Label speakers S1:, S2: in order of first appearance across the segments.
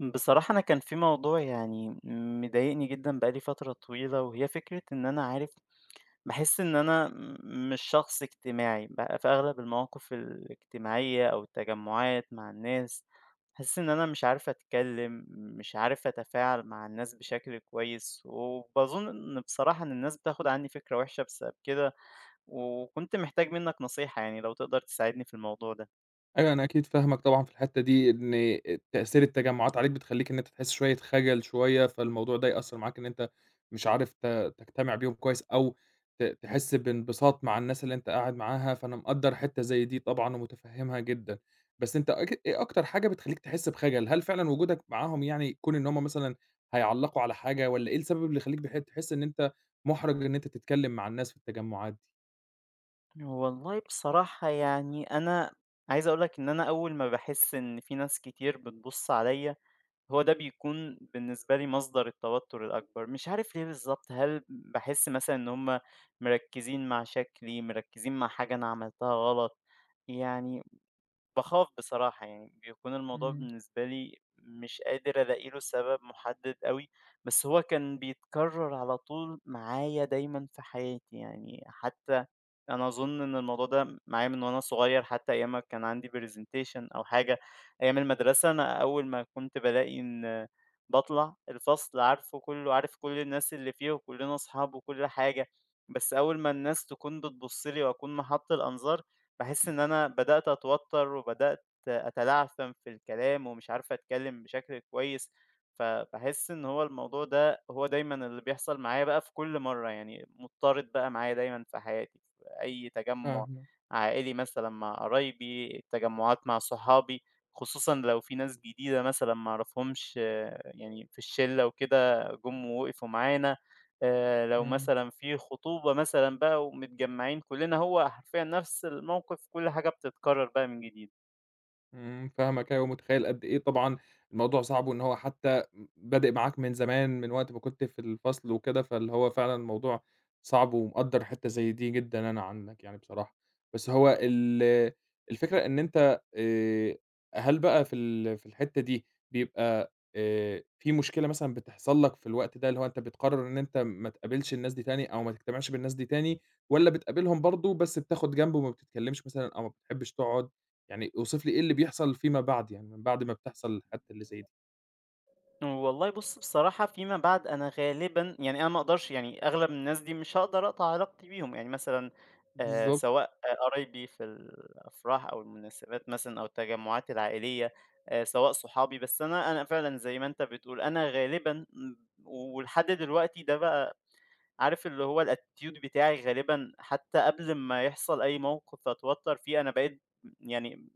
S1: بصراحة أنا كان في موضوع يعني مضايقني جدًا بقى لي فترة طويلة، وهي فكرة إن أنا عارف. باحس إن أنا مش شخص اجتماعي، بقى في أغلب المواقف الاجتماعية أو التجمعات مع الناس، باحس إن أنا مش عارف أتكلم، مش عارف أتفاعل مع الناس بشكل كويس، وباظن إن الناس بتاخد عني فكرة وحشة بسبب كده، وكنت محتاج منك نصيحة يعني لو تقدر تساعدني في الموضوع ده.
S2: أيوه، أنا أكيد فاهمك طبعًا في الحتّة دي، إن تأثير التجمُّعات عليك بتخلّيك إن أنت تحس شوية خجل شوية، فالموضوع ده يأثّر معاك إن أنت مش عارف تجتمع بيهم كويس أو تحس بانبساط مع الناس اللي أنت قاعد معاها، فأنا مقدّر حتّة زي دي طبعًا ومُتفهِّمها جدًا. بس أنت إيه أكتر حاجة بتخلّيك تحس بخجل؟ هل فعلًا وجودك معاهم يعني كون إن هم مثلًا هيعلّقوا على حاجة والّا إيه السبب اللي يخلّيك تحس إن أنت مُحرَج إن أنت تتكلّم مع الناس في التجمُّعات دي؟
S1: والله بصراحة يعني أنا عايز أقول لك إن أنا أول ما باحس إن في ناس كتير بتبُص عليَّ، هو ده بيكون بالنسبة لي مصدر التوتر الأكبر، مش عارف ليه بالضبط، هل باحس مثلًا إن هُم مركّزين مع شكلي، مركّزين مع حاجة أنا عملتها غلط، يعني باخاف بصراحة يعني، بيكون الموضوع
S2: إمم،
S1: بالنسبة لي مش قادر ألاقي له سبب مُحدد أوي، بس هو كان بيتكرر على طول معايا دايمًا في حياتي يعني، حتى أنا أظن إن الموضوع ده معايا من وأنا صغير، حتى أيام ما كان عندي presentation أو حاجة أيام المدرسة، أنا أول ما كنت بالاقي إن باطلع الفصل عارفه كلّه، عارف كل الناس اللي فيه وكلّنا أصحاب وكل حاجة، بس أول ما الناس تكون بتبُص لي وأكون محط الأنظار باحس إن أنا بدأت أتوتّر وبدأت أتلعثم في الكلام ومش عارف أتكلّم بشكل كويس، فباحس إن هو الموضوع ده هو دايمًا اللي بيحصل معايا بقى في كل مرّة، يعني مُضطرد بقى معايا دايمًا في حياتي، في أي تجمُّع
S2: فاهمك،
S1: عائلي مثلًا مع قرايبي، التجمُّعات مع صحابي، خصوصًا لو في ناس جديدة مثلًا ما أعرفهمش آه، يعني في الشِلّة وكده جُم ووقفوا معانا. لو
S2: إمم.
S1: مثلًا في خطوبة مثلًا بقى ومتجمّعين كُلّنا، هو حرفيًا نفس الموقف، كل حاجة بتتكرر بقى من جديد.
S2: إمم، فاهمك أيوه، ومتخيّل قد إيه طبعًا الموضوع صعب، وإن هو حتى بادئ معاك من زمان، من وقت ما كنت في الفصل وكده، فاللي هو فعلًا الموضوع صعب، ومقدّر حتّة زي دي جدًا أنا عنّك يعني بصراحة. بس هو الفكرة إن أنت هل بقى في الحتّة دي بيبقى في مشكلة مثلًا بتحصل لك في الوقت ده، اللي هو أنت بتقرر إن أنت ما تقابلش الناس دي تاني، أو ما تجتمعش بالناس دي تاني، والّا بتقابلهم برضه بس بتاخد جنب وما بتتكلمش مثلًا، أو ما بتحبش تقعد يعني اوصف لي إيه اللي بيحصل فيما بعد يعني، من بعد ما بتحصل الحادثة اللي زي دي؟
S1: والله بُص بصراحة فيما بعد أنا غالبًا يعني أنا ما أقدرش يعني أغلب الناس دي مش هاقدر أقطع علاقتي بيهم، يعني مثلًا
S2: بالضبط،
S1: سواء آه، قرايبي في الأفراح أو المناسبات مثلًا أو التجمعات العائلية، سواء صحابي، بس أنا فعلًا زي ما أنت بتقول، أنا غالبًا م ولحد دلوقتي ده بقى عارف اللي هو الattitude بتاعي غالبًا حتى قبل ما يحصل أي موقف أتوتر فيه أنا بقيت يعني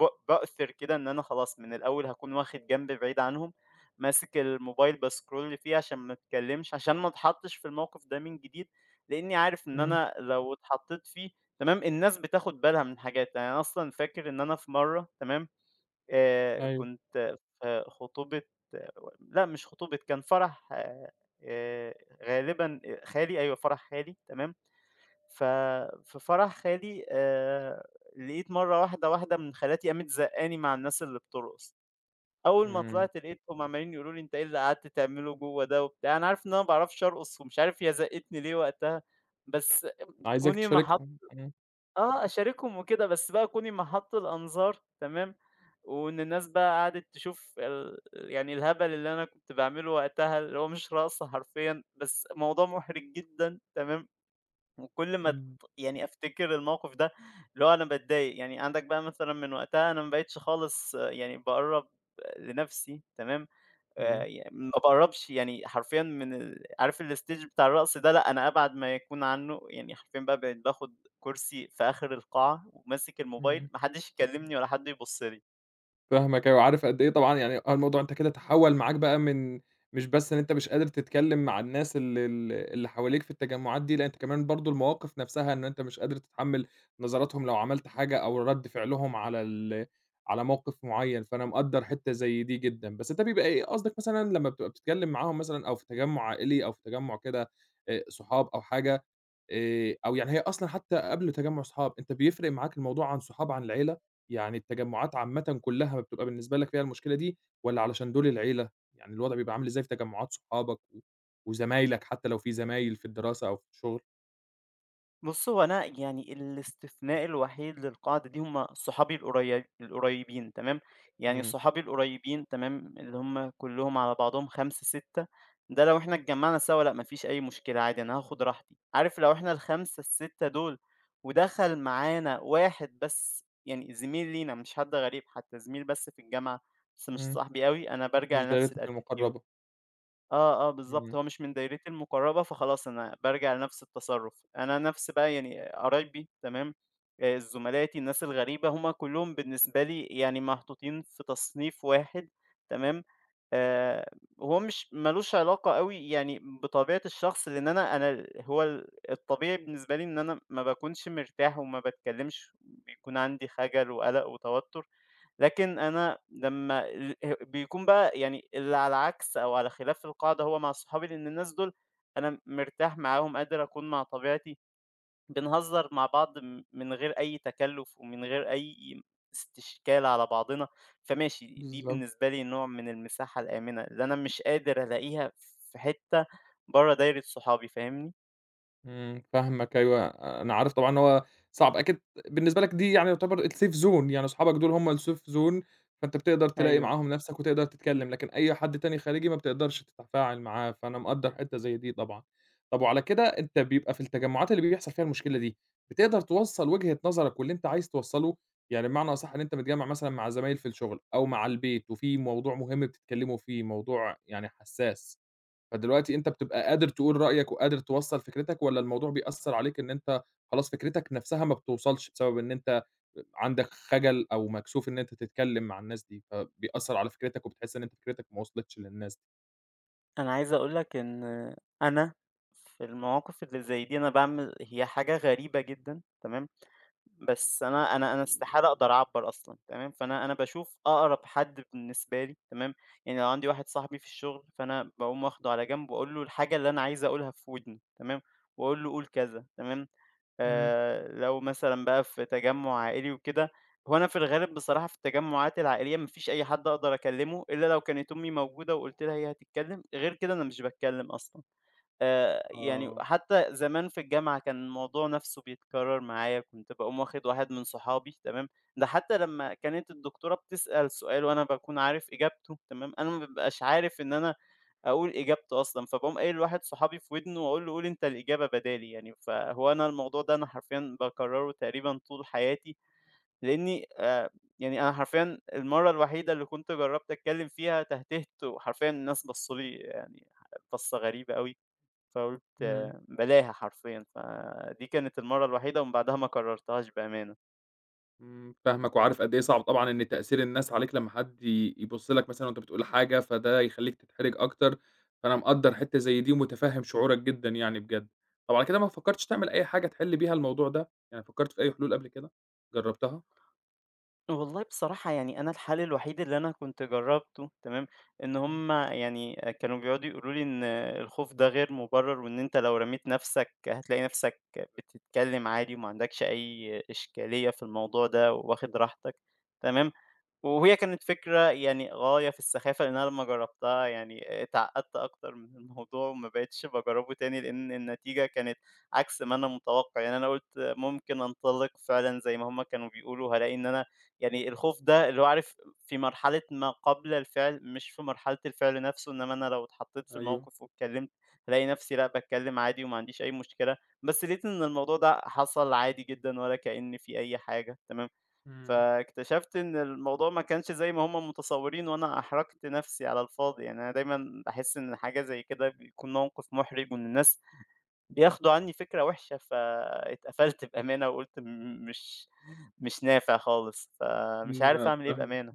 S1: باؤثر كده إن أنا خلاص من الأول هاكون واخد جنب بعيد عنهم، ماسك الموبايل بscroll فيه عشان ما اتكلمش، عشان ما اتحطش في الموقف ده من جديد، لإني عارف إن
S2: إمم،
S1: أنا لو اتحطيت فيه تمام، الناس بتاخد بالها من حاجات، يعني أنا أصلًا فاكر إن أنا في مرة تمام،
S2: أيوه.
S1: كنت في خطوبة، لأ مش خطوبة، كان فرح، آآ غالبًا خالي أيوه فرح خالي تمام، ففي فرح خالي لقيت مرّة واحدة، واحدة من خالاتي قامت زقّاني مع الناس اللي بترقص، أول ما
S2: إمم،
S1: طلعت لقيتهم عمّالين يقولوا لي: "أنت إيه اللي قعدت تعمله جوّه ده؟" وبتاع، أنا عارف إن أنا ما باعرفش أرقص ومش عارف هي زقّتني ليه وقتها، بس
S2: عايزك
S1: كوني ما حط
S2: تشاركهم، إمم،
S1: آه، أشاركهم وكده، بس بقى كوني محَط الأنظار تمام، وإن الناس بقى قعدت تشوف ال يعني الهبل اللي أنا كنت باعمله وقتها، اللي هو مش رقص حرفيًا، بس موضوع محرج جدًا تمام، وكل ما ت
S2: إمم.
S1: يعني أفتكر الموقف ده اللي هو أنا باتضايق، يعني عندك بقى مثلًا من وقتها أنا ما بقيتش خالص آه، يعني باقرّب لنَفْسي تمام.
S2: إمم،
S1: ي ما باقرّبش يعني حرفيًا من ال عارف الstage بتاع الرقص ده، لأ أنا أبعد ما يكون عنّه، يعني حرفيًا بقى بقيت باخُد كرسي في آخر القاعة وماسك الموبايل،
S2: إمم.
S1: ما حدّش يكلّمني ولا حد يبُص لي.
S2: فاهمك أيوه، عارف قد إيه طبعًا يعني آه، الموضوع أنت كده تحوّل معاك بقى من مش بس إن أنت مش قادر تتكلّم مع الناس ال ال اللي حواليك في التجمُّعات دي، لأ أنت كمان برضه المواقف نَفْسها إن أنت مش قادر تتحمّل نظراتهم لو عملت حاجة أو رَد فعلهم على ال على موقف معيّن، فأنا مقدّر حتّة زي دي جدًا. بس أنت بيبقى إيه قصدك مثلًا لمّا بتبقى بتتكلّم معاهم مثلًا أو في تجمُّع عائلي أو في تجمُّع كده صحاب أو حاجة أو يعني هي أصلًا حتّى قبل تجمُّع صحاب، أنت بيفرق معاك الموضوع عن صحاب عن العيلة؟ يعني التجمعات عامةً كلّها بتبقى بالنسبة لك فيها المشكلة دي، والّا علشان دول العيلة؟ يعني الوضع بيبقى عامل إزاي في تجمعات صحابك و وزمايلك حتى لو في زمايل في الدراسة أو في الشغل؟
S1: بُص، هو أنا يعني الاستثناء الوحيد للقاعدة دي هم صحابي القريبين تمام، يعني
S2: إمم،
S1: صحابي القريبين تمام، اللي هم كلّهم على بعضهم 5، 6. ده لو إحنا اتجمعنا سوا لأ، ما فيش أي مشكلة عادي أنا هاخد راحتي، عارف لو إحنا ال5، ال6 دول ودخل معانا واحد بس يعني زميل لينا مش حد غريب حتى، زميل بس في الجامعة بس مش
S2: إمم،
S1: صاحبي أوي، أنا بارجع
S2: مش
S1: لنفس
S2: دايرتك
S1: الattitude.
S2: المقربة،
S1: آه، آه، بالضبط،
S2: إمم،
S1: هو مش من دايرتي المقرّبة، فخلاص أنا بارجع لنفس التصرُّف. أنا نفس بقى يعني قرايبي تمام، زملاتي، الناس الغريبة، هم كلّهم بالنسبة لي يعني محطوطين في تصنيف واحد تمام. آآ هو مش ما لوش علاقة أوي يعني بطبيعة الشخص، لإن أنا ال هو ال الطبيعي بالنسبة لي إن أنا ما باكونش مرتاح وما باتكلّمش، بيكون عندي خجل وقَلَق وتوتُّر. لكن أنا لمّا ال ه بيكون بقى يعني اللي على عكس أو على خلاف القاعدة هو مع صحابي، لإن الناس دول أنا مرتاح معاهم، قادر أكون مع طبيعتي، بنهزر مع بعض من غير أي تكلُّف ومن غير أي استشكال على بعضنا، فماشي دي
S2: بالضبط.
S1: بالنسبة لي نوع من المساحة الآمنة، اللي أنا مش قادر ألاقيها في حتّة برّه دايرة صحابي، فاهمني؟
S2: إمم، فاهمك أيوه، أنا عارف طبعًا إن هو صعب، أكيد بالنسبة لك دي يعني يعتبر الsafe zone يعني أصحابك دول هم الsafe zone فأنت بتقدر تلاقي
S1: أيوه.
S2: معاهم نَفْسك وتقدر تتكلّم، لكن أي حد تاني خارجي ما بتقدرش تتفاعل معاه، فأنا مقدّر حتّة زي دي طبعًا. طَب وعلى كده أنت بيبقى في التجمعات اللي بيحصل فيها المشكلة دي، بتقدر توصّل وجهة نظرك واللي أنت عايز توصّله؟ يعني بمعنى أصح إن أنت متجمّع مثلًا مع زمايل في الشغل أو مع البيت وفي موضوع مهم بتتكلّموا فيه، موضوع يعني حساس فدلوقتي أنت بتبقى قادر تقول رأيك وقادر توصّل فكرتك والّا الموضوع بيأثّر عليك إن أنت خلاص فكرتك نَفْسها ما بتوصلش بسبب إن أنت عندك خَجَل أو مكسوف إن أنت تتكلّم مع الناس دي، فبيأثّر على فكرتك وبتحس إن أنت فكرتك ما وصلتش للناس دي؟
S1: أنا عايز أقول لك إن أنا في المواقف اللي زي دي أنا باعمل هي حاجة غريبة جدًا، تمام؟ بس أنا استحالة أقدر أعبّر أصلًا تمام، فأنا أنا باشوف أقرب حد بالنسبة لي تمام، يعني لو عندي واحد صاحبي في الشغل فأنا باقوم واخده على جنب وأقول له الحاجة اللي أنا عايز أقولها في ودنه تمام، وأقول له قُل كذا تمام.
S2: إمم،
S1: لو مثلًا بقى في تجمُّع عائلي وكده هو أنا في الغالب بصراحة في التجمُّعات العائلية ما فيش أي حد أقدر أكلّمه إلا لو كانت أمي موجودة وقُلت لها هي هتتكلّم، غير كده أنا مش باتكلّم أصلًا. يعني
S2: آه،
S1: حتى زمان في الجامعة كان الموضوع نَفْسه بيتكرّر معايا، كنت باقوم واخد واحد من صحابي تمام، ده حتى لمّا كانت الدكتورة بتسأل سؤال وأنا باكون عارف إجابته تمام، أنا ما بابقاش عارف إن أنا أقول إجابته أصلًا، فباقوم قايل لواحد صحابي في ودنه واقول له قُل أنت الإجابة بدالي يعني، فهو أنا الموضوع ده أنا حرفيًا باكرّره تقريبًا طول حياتي، لإني يعني أنا حرفيًا المَرّة الوحيدة اللي كنت جرّبت أتكلّم فيها تهتهت وحرفيًا الناس بصّوا لي يعني بصّة غريبة أوي. فقُلت
S2: إمم.
S1: بالاها حرفيًا، فدي كانت المَرّة الوحيدة ومن بعدها ما كررتهاش بأمانة.
S2: إمم، فاهمك وعارف قد إيه صعب طبعًا إن تأثير الناس عليك لمّا حد يبُص لك مثلًا وأنت بتقول حاجة، فده يخلّيك تتحرج أكتر، فأنا مقدّر حتّة زي دي ومتفهم شعورك جدًا يعني بجد. طب على كده ما فكّرتش تعمل أي حاجة تحل بيها الموضوع ده؟ يعني فكّرت في أي حلول قبل كده؟ جرّبتها؟
S1: والله بصراحة يعني أنا الحل الوحيد اللي أنا كنت جرّبته تمام، إن
S2: إمم،
S1: هُم يعني كانوا بيقعدوا يقولوا لي إن الخوف ده غير مُبرّر وإن أنت لو رميت نَفْسك هتلاقي نَفْسك بتتكلم عادي وما عندكش أي إشكالية في الموضوع ده وواخد راحتك تمام. وهي كانت فكرة يعني غاية في السخافة، لإن أنا لمّا جرّبتها يعني اتعقدت أكتر من الموضوع وما بقيتش باجرّبه تاني، لإن النتيجة كانت عكس ما أنا متوقع، يعني أنا قُلت ممكن أنطلق فعلًا زي ما هُم كانوا بيقولوا، هالاقي إن أنا يعني الخوف ده اللي هو عارف في مرحلة ما قبل الفعل، مش في مرحلة الفعل نفسه، إنما أنا لو اتحطيت في
S2: أيوه،
S1: الموقف واتكلمت، هالاقي نفسي لأ باتكلم عادي وما عنديش أي مشكلة، بس لقيت إن الموضوع ده حصل عادي جدًا ولا كأن في أي حاجة، تمام.
S2: إمم،
S1: فاكتشفت إن الموضوع ما كانش زي ما هم متصورين وأنا أحرجت نفسي على الفاضي، يعني أنا دايمًا باحس إن حاجة زي كده بيكون موقف مُحرج وإن الناس بياخدوا عني فكرة وحشة، فاتقفلت بأمانة وقُلت م مش مش نافع خالص، فمش عارف
S2: إمم،
S1: أعمل إيه
S2: فاهمك.
S1: بأمانة.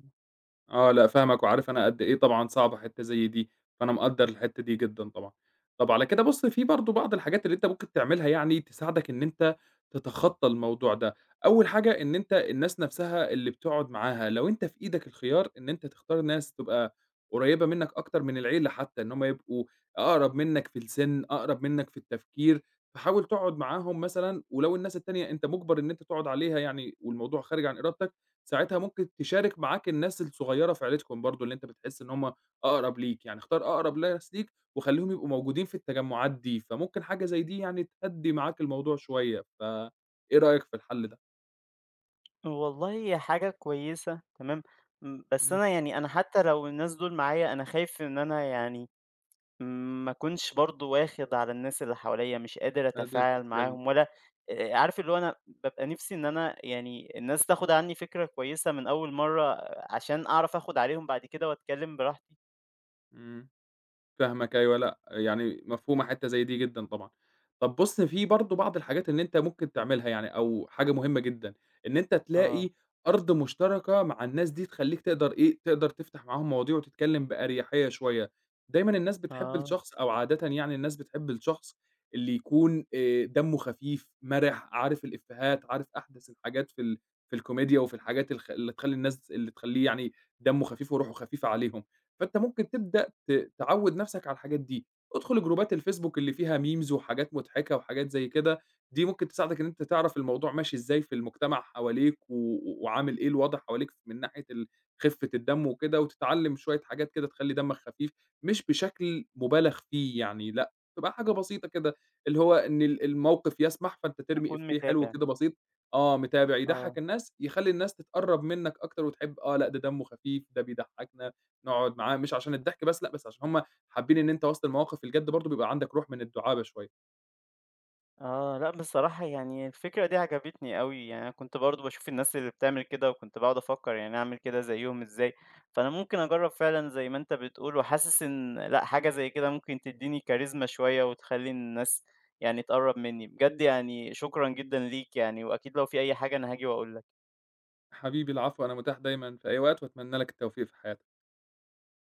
S2: آه، لأ فاهمك، وعارف أنا قد إيه طبعًا صعبة حتّة زي دي، فأنا مقدّر الحتّة دي جدًا طبعًا. طَب على كده بُص في برضه بعض الحاجات اللي أنت ممكن تعملها يعني تساعدك إن أنت تتخطّى الموضوع ده، أول حاجة إن أنت الناس نَفْسها اللي بتقعد معاها لو أنت في إيدك الخيار إن أنت تختار ناس تبقى قريّبة منّك أكتر من العيلة حتّى، إن هم يبقوا أقرب منّك في السِن، أقرب منّك في التفكير، فحاول تقعد معاهم مثلًا ولو الناس التانية أنت مُجبَر إن أنت تقعد عليها يعني والموضوع خارج عن إرادتك ساعتها ممكن تشارك معاك الناس الصغيّرة في عيلتكم برضه، اللي أنت بتحس إن هم أقرب ليك، يعني اختار أقرب ناس ليك وخلّيهم يبقوا موجودين في التجمعات دي، فممكن حاجة زي دي يعني تهدّي معاك الموضوع شوية، فإيه رأيك في الحل ده؟
S1: والله هي حاجة كويسة تمام، م بس
S2: إمم.
S1: أنا يعني أنا حتى لو الناس دول معايا أنا خايف إن أنا يعني إمم، ما أكونش برضه واخد على الناس اللي حواليّا، مش قادر
S2: قادر
S1: أتفاعل
S2: تتكلم.
S1: معاهم ولا عارف اللي هو أنا بابقى نِفْسي إن أنا يعني الناس تاخد عني فكرة كويسة من أول مرّة آه، عشان أعرف آخد عليهم بعد كده وأتكلّم براحتي.
S2: إمم. فاهمك أيوه، لأ، يعني مفهومة حتّة زي دي جدًا طبعًا. طَب بُص، في برضه بعض الحاجات اللي أنت ممكن تعملها يعني أو حاجة مهمة جدًا، إن أنت تلاقي
S1: آه،
S2: أرض مشتركة مع الناس دي تخلّيك تقدر إيه، تقدر تفتح معاهم مواضيع وتتكلّم بأريحية شوية. دايمًا الناس بتحب
S1: آه،
S2: الشخص أو عادةً يعني الناس بتحب الشخص اللي يكون دمّه خفيف، مَرِح، عارف الإفيهات، عارف أحدث الحاجات في ال في الكوميديا وفي الحاجات اللي تخلّيه يعني دمّه خفيف وروحه خفيفة عليهم. فأنت ممكن تبدأ تعوّد نَفْسك على الحاجات دي، ادخل جروبات الفيسبوك اللي فيها memes وحاجات مضحكة وحاجات زي كده، دي ممكن تساعدك إن أنت تعرف الموضوع ماشي إزاي في المجتمع حواليك وعامل إيه الوضع حواليك من ناحية خفة الدم وكده، وتتعلّم شوية حاجات كده تخلّي دمك خفيف، مش بشكل مُبالغ فيه يعني لأ، تبقى حاجة بسيطة كده، اللي هو إن الموقف يسمح فأنت ترمي
S1: أكون
S2: إفيه حلو
S1: متابع،
S2: كده بسيط، آه متابع يضحّك
S1: آه.
S2: الناس، يخلّي الناس تتقرّب منّك أكتر وتحب آه لأ ده دمّه خفيف، ده بيضحّكنا. نقعد معاه مش عشان الضحك بس لأ، بس عشان هم حابين إن أنت وسط المواقف الجد برضه بيبقى عندك روح من الدُعابة شوية.
S1: آه، لأ بصراحة يعني الفكرة دي عجبتني أوي، يعني أنا كنت برضه باشوف الناس اللي بتعمل كده وكنت باقعد أفكّر يعني أعمل كده زيّهم إزاي، فأنا ممكن أجرّب فعلًا زي ما أنت بتقول، وحاسس إن لأ حاجة زي كده ممكن تدّيني كاريزما شوية وتخلّي الناس يعني تقرّب منّي، بجد يعني شكرًا جدًا ليك يعني، وأكيد لو في أي حاجة أنا هاجي وأقول لك.
S2: حبيبي العفو، أنا متاح دايمًا في أي وقت وأتمنى لك التوفيق في حياتك.